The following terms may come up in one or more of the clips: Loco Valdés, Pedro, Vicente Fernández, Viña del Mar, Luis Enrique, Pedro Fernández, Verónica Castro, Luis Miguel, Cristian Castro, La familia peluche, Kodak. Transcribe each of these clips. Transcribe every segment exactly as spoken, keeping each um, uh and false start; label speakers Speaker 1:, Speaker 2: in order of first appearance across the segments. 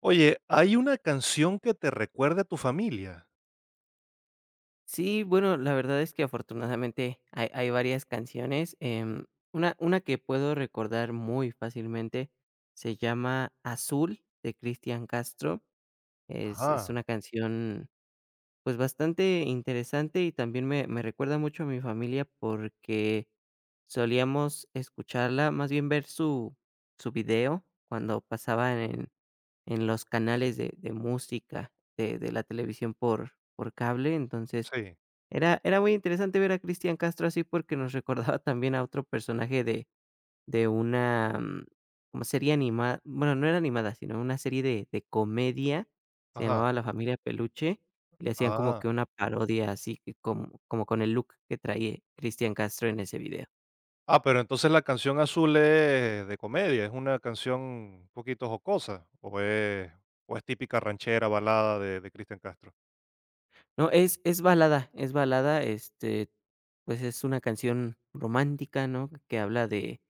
Speaker 1: Oye, ¿hay una canción que te recuerde a tu familia?
Speaker 2: Sí, bueno, la verdad es que afortunadamente hay, hay varias canciones. em, una, una que puedo recordar muy fácilmente se llama Azul de Cristian Castro. Es, es
Speaker 1: Ajá,
Speaker 2: una canción pues bastante interesante y también me, me recuerda mucho a mi familia porque solíamos escucharla, más bien ver su, su video cuando pasaban en, en los canales de, de música de, de la televisión por, por cable. Entonces
Speaker 1: sí,
Speaker 2: era, era muy interesante ver a Cristian Castro así porque nos recordaba también a otro personaje de una, mm, como serie animada, bueno, no era animada, sino una serie de de comedia, se
Speaker 1: ajá,
Speaker 2: llamaba La familia peluche, y le hacían como
Speaker 1: ah.
Speaker 2: que una parodia así que como como con el look que traía Cristian Castro en ese video.
Speaker 1: Ah, pero entonces la canción Azul es de comedia, es una canción un poquito jocosa, o es, o es típica ranchera, balada de, de Cristian Castro.
Speaker 2: No, es es balada, es balada, este, pues, es una canción romántica, ¿no? Que habla de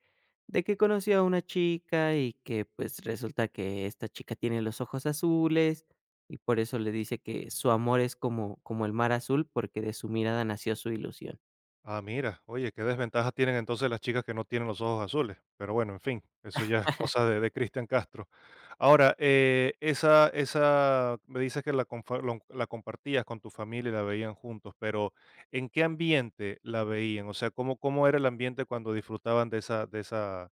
Speaker 2: de que conoció a una chica y que, pues, resulta que esta chica tiene los ojos azules, y por eso le dice que su amor es como como el mar azul, porque de su mirada nació su ilusión.
Speaker 1: Ah, mira, oye, qué desventajas tienen entonces las chicas que no tienen los ojos azules. Pero bueno, en fin, eso ya es cosa de, de Cristian Castro. Ahora, eh, esa, esa, me dices que la, confa- lo- la compartías con tu familia y la veían juntos, pero ¿en qué ambiente la veían? O sea, ¿cómo, cómo era el ambiente cuando disfrutaban de esa, de esa,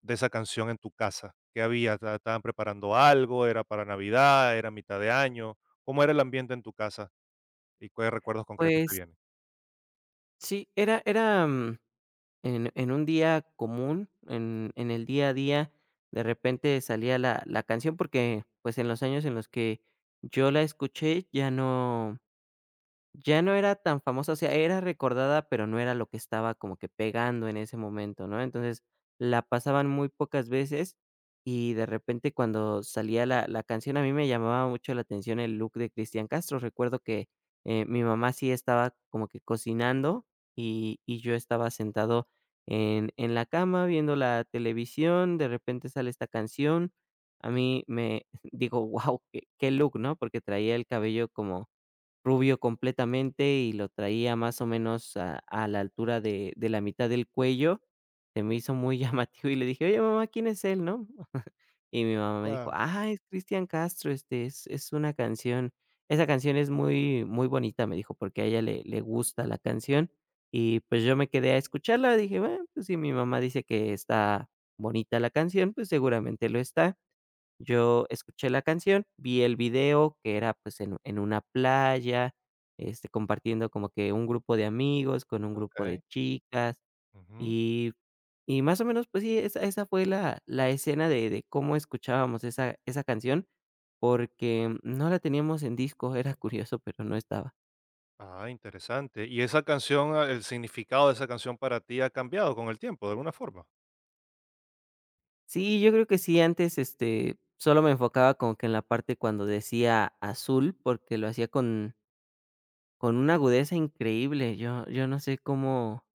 Speaker 1: de esa canción en tu casa? ¿Qué había? ¿Ta- ¿Estaban preparando algo? ¿Era para Navidad? ¿Era mitad de año? ¿Cómo era el ambiente en tu casa? ¿Y qué recuerdos concretos te
Speaker 2: Pues
Speaker 1: vienen?
Speaker 2: sí, era era, mm En en un día común, en en el día a día, de repente salía la la canción porque, pues, en los años en los que yo la escuché, ya no ya no era tan famosa, o sea, era recordada, pero no era lo que estaba como que pegando en ese momento, ¿no? Entonces, la pasaban muy pocas veces y de repente cuando salía la la canción, a mí me llamaba mucho la atención el look de Cristian Castro. Recuerdo que, eh, mi mamá sí estaba como que cocinando y y yo estaba sentado en en la cama viendo la televisión, de repente sale esta canción. A mí me digo: "Wow, qué qué look", ¿no? Porque traía el cabello como rubio completamente y lo traía más o menos a a la altura de de la mitad del cuello. Se me hizo muy llamativo y le dije: "Oye, mamá, ¿quién es él?", ¿no? Y mi mamá me dijo:
Speaker 1: Claro.
Speaker 2: "Ah, es Cristian Castro, este, es es una canción, esa canción es muy muy bonita", me dijo, porque a ella le le gusta la canción. Y, pues, yo me quedé a escucharla, dije: "Bueno, pues, si mi mamá dice que está bonita la canción, pues, seguramente lo está". Yo escuché la canción, vi el video que era, pues, en en una playa, este, compartiendo como que un grupo de amigos con un grupo de
Speaker 1: Ok.
Speaker 2: chicas,
Speaker 1: Ujú.
Speaker 2: y y más o menos, pues sí, esa esa fue la la escena de de cómo escuchábamos esa esa canción, porque no la teníamos en disco, era curioso, pero no estaba.
Speaker 1: Ah, interesante. ¿Y esa canción, ah, el significado de esa canción para ti ha cambiado con el tiempo, de alguna forma?
Speaker 2: Sí, yo creo que sí, antes, este, solo me enfocaba como que en la parte cuando decía azul, porque lo hacía con con una agudeza increíble. Yo yo no sé cómo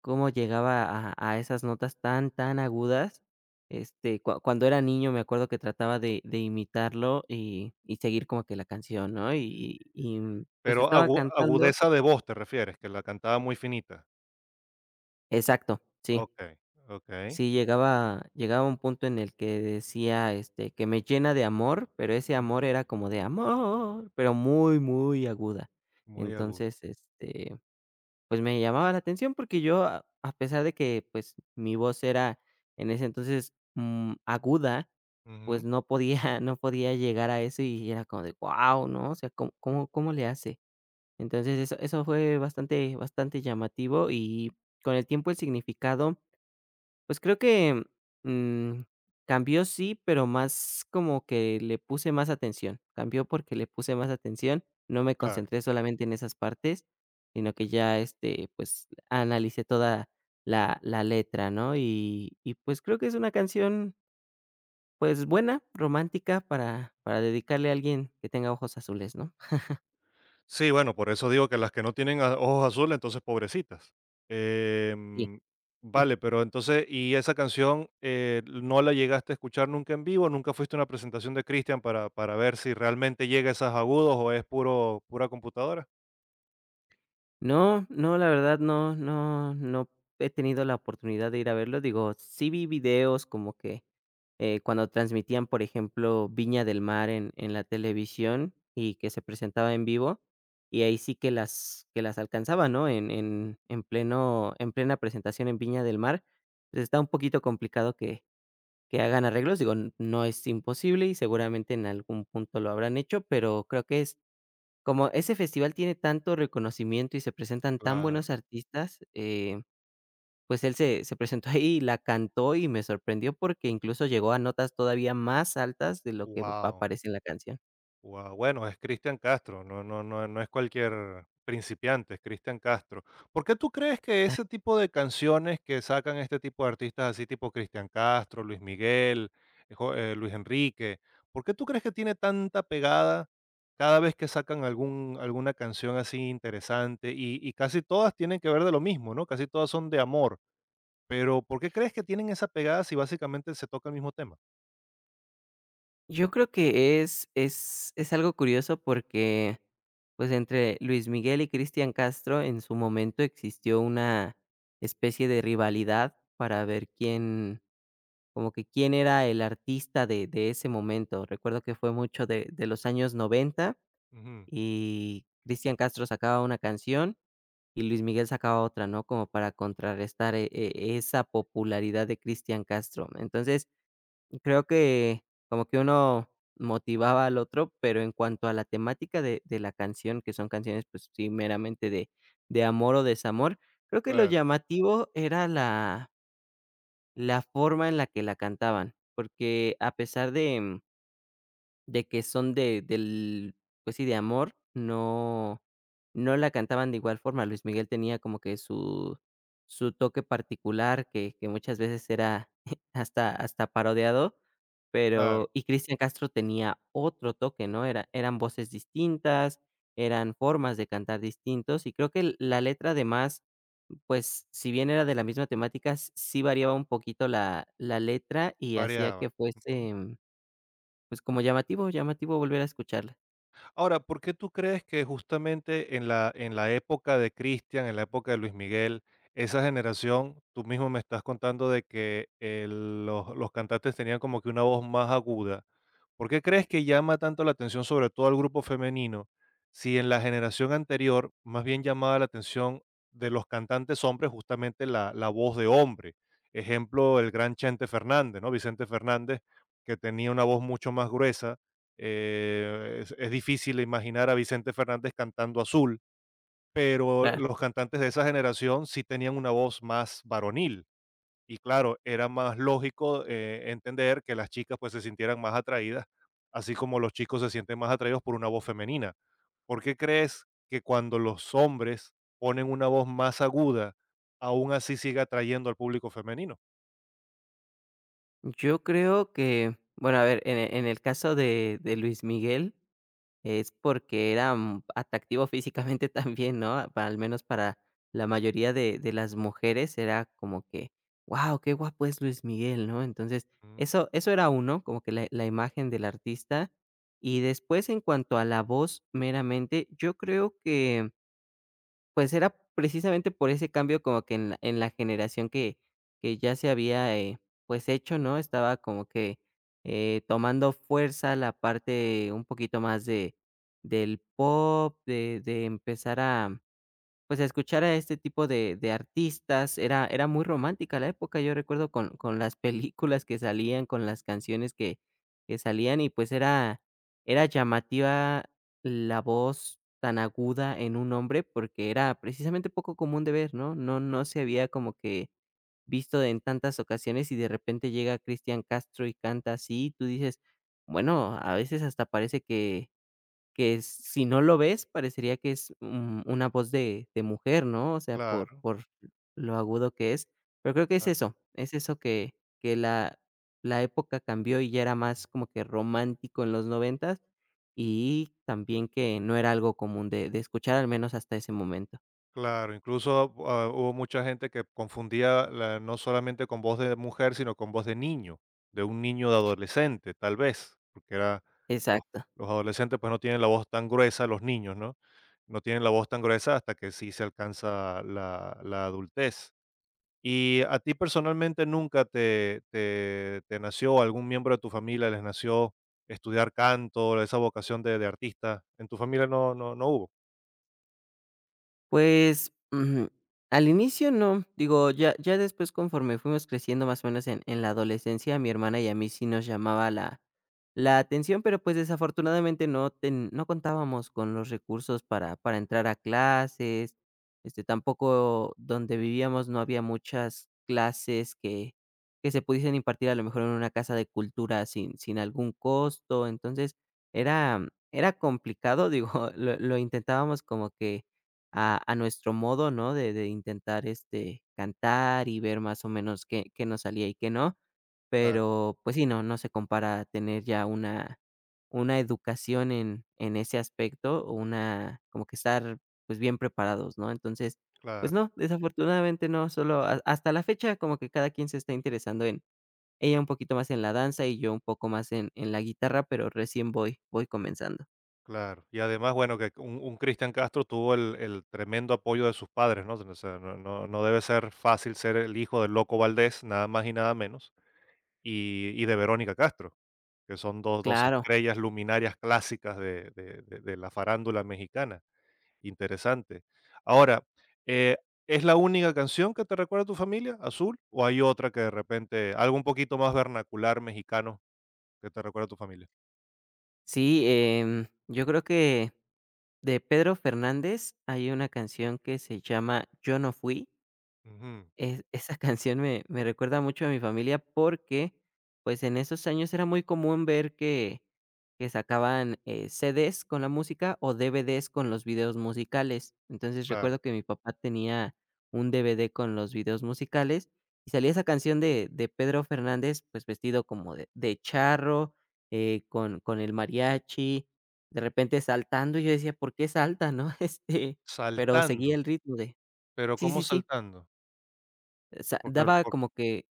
Speaker 2: cómo llegaba a a esas notas tan, tan agudas, este, cua cuando era niño me acuerdo que trataba de de imitarlo y y seguir como que la canción, ¿no? y y mm, pues,
Speaker 1: Pero
Speaker 2: estaba
Speaker 1: agu-
Speaker 2: cantando
Speaker 1: agudeza de voz, ¿te refieres? Que la cantaba muy finita.
Speaker 2: exacto, sí,
Speaker 1: Ok, ok.
Speaker 2: sí, llegaba llegaba a un punto en el que decía, este, que me llena de amor, pero ese
Speaker 1: Mm,
Speaker 2: amor era como de amor, pero muy, muy aguda.
Speaker 1: muy aguda.
Speaker 2: Entonces, este, pues, me llamaba la atención porque yo, a a pesar de que, pues, mi voz era en ese entonces, mm, aguda, pues,
Speaker 1: Ujú,
Speaker 2: no podía no podía llegar a eso y era como de: "Guau", ¿no? O sea, ¿cómo cómo cómo le hace? Entonces, eso eso fue bastante bastante llamativo y con el tiempo el significado pues creo que, mm, cambió sí, pero más como que le puse más atención. Cambió porque le puse más atención, no me
Speaker 1: claro.
Speaker 2: concentré solamente en esas partes, sino que ya, este, pues, analicé toda la la letra, ¿no? Y y pues creo que es una canción, pues, buena, romántica para para dedicarle a alguien que tenga ojos azules, ¿no?
Speaker 1: Sí, bueno, por eso digo que las que no tienen a- ojos azules, entonces pobrecitas. Em, vale, pero entonces, ¿y esa canción eh, no la llegaste a escuchar nunca en vivo? ¿Nunca fuiste a una presentación de Christian para, para ver si realmente llega a esos agudos o es puro, pura computadora?
Speaker 2: No, no, la verdad no, no, no he tenido la oportunidad de ir a verlo. Digo, sí vi videos como que eh, cuando transmitían, por ejemplo, Viña del Mar en, en la televisión y que se presentaba en vivo, y ahí sí que las, que las alcanzaba, ¿no? En, en, en pleno, en plena presentación en Viña del Mar. Pues está un poquito complicado que, que hagan arreglos. Digo, n- no es imposible y seguramente en algún punto lo habrán hecho, pero creo que es como ese festival tiene tanto reconocimiento y se presentan tan
Speaker 1: Claro.
Speaker 2: buenos artistas, eh, pues él se se presentó ahí y la cantó y me sorprendió porque incluso llegó a notas todavía más altas de lo que ap-
Speaker 1: Wow,
Speaker 2: aparece en la canción.
Speaker 1: wow. Bueno, es Cristian Castro, no, no, no, no es cualquier principiante, es Cristian Castro. ¿Por qué tú crees que
Speaker 2: Está
Speaker 1: ese tipo de canciones que sacan este tipo de artistas así tipo Cristian Castro, Luis Miguel, eh, jo eh, Luis Enrique, por qué tú crees que tiene tanta pegada cada vez que sacan algún alguna canción así interesante? Y y casi todas tienen que ver de lo mismo, ¿no? Casi todas son de amor, pero ¿por qué crees que tienen esa pegada si básicamente se toca el mismo tema?
Speaker 2: yo creo que es es es algo curioso porque, pues, entre Luis Miguel y Cristian Castro en su momento existió una especie de rivalidad para ver quién, como que quién era el artista de de ese momento. Recuerdo que fue mucho de de los años noventa
Speaker 1: Ujú,
Speaker 2: y Cristian Castro sacaba una canción y Luis Miguel sacaba otra, ¿no? Como para contrarrestar e e esa popularidad de Cristian Castro. Entonces, creo que como que uno motivaba al otro, pero en cuanto a la temática de de la canción, que son canciones, pues sí, meramente de de amor o desamor, creo que lo
Speaker 1: claro,
Speaker 2: llamativo era la la forma en la que la cantaban, porque a pesar de, mm, de que son de del, pues sí, de amor, no no la cantaban de igual forma. Luis Miguel tenía como que su su toque particular que que muchas veces era hasta hasta parodiado,
Speaker 1: claro,
Speaker 2: pero y Cristian Castro tenía otro toque, ¿no? Era eran voces distintas, eran formas de cantar distintos, y creo que l- la letra además, pues, si bien era de la misma temática, s- sí variaba un poquito la la letra y hacía
Speaker 1: variaba.
Speaker 2: que
Speaker 1: Ujú.
Speaker 2: fuese pues, como llamativo llamativo volver a escucharla,
Speaker 1: Ahora, ¿por qué tú crees que justamente en la, en la época de Cristian, en la época de Luis Miguel, esa generación, tú mismo me estás contando de que eh, los, los cantantes tenían como que una voz más aguda? ¿Por qué crees que llama tanto la atención sobre todo al grupo femenino si en la generación anterior más bien llamaba la atención de los cantantes hombres justamente la, la voz de hombre? Ejemplo, el gran Chente Fernández, ¿no? Vicente Fernández, que tenía una voz mucho más gruesa, eh, es, es difícil imaginar a Vicente Fernández cantando Azul, pero
Speaker 2: claro.
Speaker 1: los cantantes de esa generación sí tenían una voz más varonil. Y claro, era más lógico eh, entender que las chicas pues se sintieran más atraídas, así como los chicos se sienten más atraídos por una voz femenina. ¿Por qué crees que cuando los hombres ponen una voz más aguda, aún así sigue atrayendo al público femenino?
Speaker 2: Yo creo que, bueno, a ver, en e en el caso de de Luis Miguel, es porque era, mm, atractivo físicamente también, ¿no? Para al menos para la mayoría de de las mujeres era como que: "¡Wow! Qué guapo es Luis Miguel", ¿no? Entonces,
Speaker 1: Ujú.
Speaker 2: eso eso era uno, como que la la imagen del artista. Y después, en cuanto a la voz meramente, yo creo que pues era precisamente por ese cambio como que en la en la generación que que ya se había, eh, pues, hecho, ¿no? Estaba como que, eh, tomando fuerza la parte un poquito más de del pop, de de empezar a pues, a escuchar a este tipo de de artistas. Era era muy romántica la época, yo recuerdo con con las películas que salían, con las canciones que que salían y, pues, era era llamativa la voz tan aguda en un hombre, porque era precisamente poco común de ver, ¿no? No no se había como que visto en tantas ocasiones, y de repente llega Cristian Castro y canta así, y tú dices: "Bueno, a veces hasta parece que que si no lo ves, parecería que es, mm, una voz de de mujer, ¿no? O sea, por
Speaker 1: Claro,
Speaker 2: por lo agudo que es, pero creo que es
Speaker 1: claro.
Speaker 2: eso, es eso que que la la época cambió y ya era más como que romántico en los noventas, y también que no era algo común de de escuchar, al menos hasta ese momento.
Speaker 1: Claro, incluso, ah, hubo mucha gente que confundía la no solamente con voz de mujer, sino con voz de niño, de un niño de adolescente, tal vez, porque era los
Speaker 2: Exacto.
Speaker 1: los adolescentes, pues, no tienen la voz tan gruesa, los niños, ¿no? No tienen la voz tan gruesa hasta que sí se alcanza la la adultez. Y a ti personalmente, ¿nunca te te te nació, o algún miembro de tu familia les nació estudiar canto, esa vocación de de artista? ¿En tu familia no no no hubo?
Speaker 2: Pues, ujú, al inicio no, digo, ya ya después conforme fuimos creciendo más o menos en en la adolescencia, a mi hermana y a mí sí nos llamaba la la atención, pero, pues, desafortunadamente no ten no contábamos con los recursos para para entrar a clases, este, tampoco donde vivíamos no había muchas clases que que se pudiesen impartir a lo mejor en una casa de cultura sin sin algún costo, entonces, era era complicado, digo, lo lo intentábamos como que a a nuestro modo, ¿no? De de intentar, este, cantar y ver más o menos qué qué nos salía y qué no.
Speaker 1: Claro,
Speaker 2: Pero, pues sí, no, no se compara tener ya una una educación en en ese aspecto, o una como que estar, pues, bien preparados, ¿no? Entonces, pues
Speaker 1: claro.
Speaker 2: no, desafortunadamente no, solo ha hasta la fecha como que cada quien se está interesando en ella un poquito más en la danza y yo un poco más en en la guitarra, pero recién voy voy comenzando.
Speaker 1: Claro. Y además, bueno, que un, un Cristian Castro tuvo el, el tremendo apoyo de sus padres, ¿no? O sea, no, no- no debe ser fácil ser el hijo del Loco Valdés, nada más y nada menos, y, y de Verónica Castro, que son dos, dos
Speaker 2: Claro.
Speaker 1: estrellas luminarias clásicas de, de- de- de la farándula mexicana. Interesante. Ahora, eh, ¿es la única canción que te recuerda a tu familia, Azul? ¿O hay otra que de repente, algo un poquito más vernacular mexicano que te recuerda a tu familia?
Speaker 2: Sí, em, yo creo que de Pedro Fernández hay una canción que se llama Yo no fui,
Speaker 1: Ujú,
Speaker 2: es esa canción me me recuerda mucho a mi familia porque, pues, en esos años era muy común ver que que sacaban, eh, C Ds con la música o D V Ds con los videos musicales. Entonces,
Speaker 1: claro.
Speaker 2: recuerdo que mi papá tenía un D V D con los videos musicales y salía esa canción de de Pedro Fernández, pues, vestido como de de charro, eh, con con el mariachi, de repente saltando, y yo decía: "¿Por qué salta?", ¿no? Este, pero seguía
Speaker 1: Saltando.
Speaker 2: el ritmo de
Speaker 1: Pero
Speaker 2: sí,
Speaker 1: ¿cómo
Speaker 2: sí, sí.
Speaker 1: saltando?
Speaker 2: O sea,
Speaker 1: Porque el
Speaker 2: daba
Speaker 1: por
Speaker 2: como que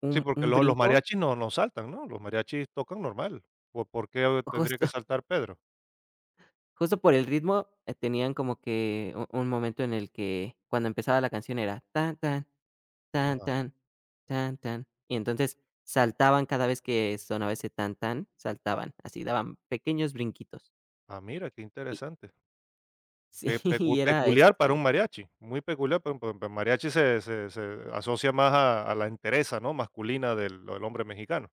Speaker 2: un
Speaker 1: sí, porque
Speaker 2: un
Speaker 1: lo los
Speaker 2: brinco,
Speaker 1: mariachis no no saltan, ¿no? Los mariachis tocan normal. ¿Por por qué tendría
Speaker 2: justo
Speaker 1: que saltar Pedro?
Speaker 2: justo por el ritmo, eh, tenían como que u un momento en el que cuando empezaba la canción era tan, tan, tan,
Speaker 1: Ajá.
Speaker 2: tan, tan, tan, y entonces saltaban cada vez que sonaba ese tan, tan, saltaban, así daban pequeños brinquitos.
Speaker 1: Ah, mira, qué
Speaker 2: Y
Speaker 1: interesante.
Speaker 2: sí,
Speaker 1: Pe pecu
Speaker 2: y era,
Speaker 1: peculiar para
Speaker 2: este,
Speaker 1: un mariachi, muy peculiar, pero pero el mariachi se se se asocia más a a la entereza, ¿no?, masculina del del hombre mexicano.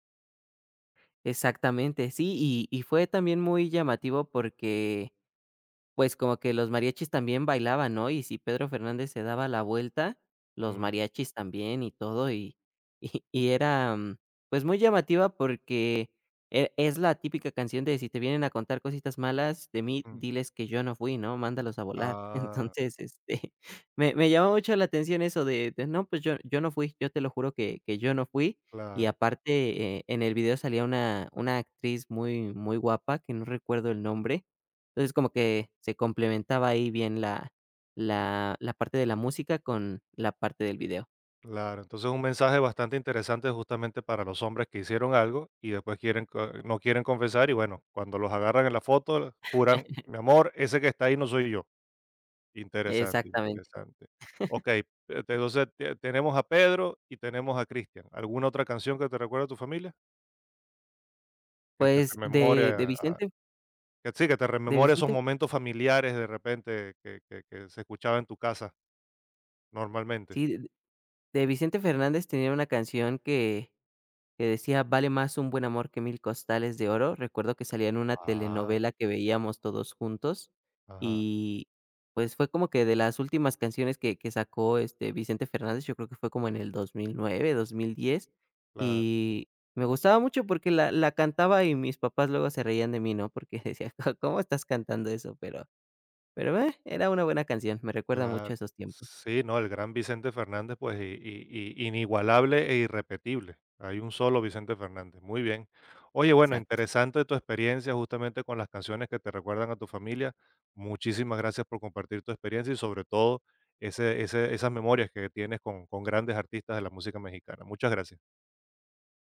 Speaker 2: exactamente, sí, y y fue también muy llamativo porque pues, como que los mariachis también bailaban, ¿no? Y si Pedro Fernández se daba la vuelta, los
Speaker 1: Mm,
Speaker 2: mariachis también y todo, y y y era, mm, pues, muy llamativa porque e es la típica canción de si te vienen a contar cositas malas de mí,
Speaker 1: mm.
Speaker 2: diles que yo no fui, ¿no? Mándalos a volar.
Speaker 1: Ah,
Speaker 2: Entonces, este, me me llamó mucho la atención eso de de: "No, pues yo yo no fui, yo te lo juro que que yo no fui". Y
Speaker 1: claro.
Speaker 2: aparte, eh, en el video salía una una actriz muy muy guapa, que no recuerdo el nombre, entonces, como que se complementaba ahí bien la la la parte de la música con la parte del video.
Speaker 1: Claro, entonces un mensaje bastante interesante justamente para los hombres que hicieron algo y después quieren, co- no quieren confesar y bueno, cuando los agarran en la foto, juran, mi amor, ese que está ahí no soy yo. Interesante,
Speaker 2: Exactamente.
Speaker 1: interesante. Ok, eh, te- entonces te- tenemos a Pedro y tenemos a Cristian. ¿Alguna otra canción que te recuerde a tu familia? Que te
Speaker 2: Pues,
Speaker 1: rememore,
Speaker 2: de de
Speaker 1: a- a-
Speaker 2: Vicente
Speaker 1: que, sí, que te
Speaker 2: de
Speaker 1: rememore esos
Speaker 2: Vicente
Speaker 1: momentos familiares de repente que, que que se escuchaba en tu casa normalmente.
Speaker 2: sí, de de Vicente Fernández tenía una canción que que decía: "Vale más un buen amor que mil costales de oro". Recuerdo que salía en una
Speaker 1: Ah,
Speaker 2: telenovela que veíamos todos juntos,
Speaker 1: ajá,
Speaker 2: y, pues, fue como que de las últimas canciones que que sacó, este, Vicente Fernández, yo creo que fue como en el dos mil nueve, dos mil diez,
Speaker 1: claro.
Speaker 2: y me gustaba mucho porque la la cantaba y mis papás luego se reían de mí, ¿no? Porque decía: "Co, ¿cómo estás cantando eso?". Pero pero, eh, era una buena canción, me recuerda
Speaker 1: Claro.
Speaker 2: mucho a esos tiempos.
Speaker 1: Sí, no, el gran Vicente Fernández, pues, y, y, i inigualable e irrepetible. Hay un solo Vicente Fernández. Muy bien. Oye, bueno,
Speaker 2: Exacto.
Speaker 1: interesante tu experiencia justamente con las canciones que te recuerdan a tu familia. Muchísimas gracias por compartir tu experiencia y sobre todo ese ese esas memorias que tienes con con grandes artistas de la música mexicana. Muchas gracias.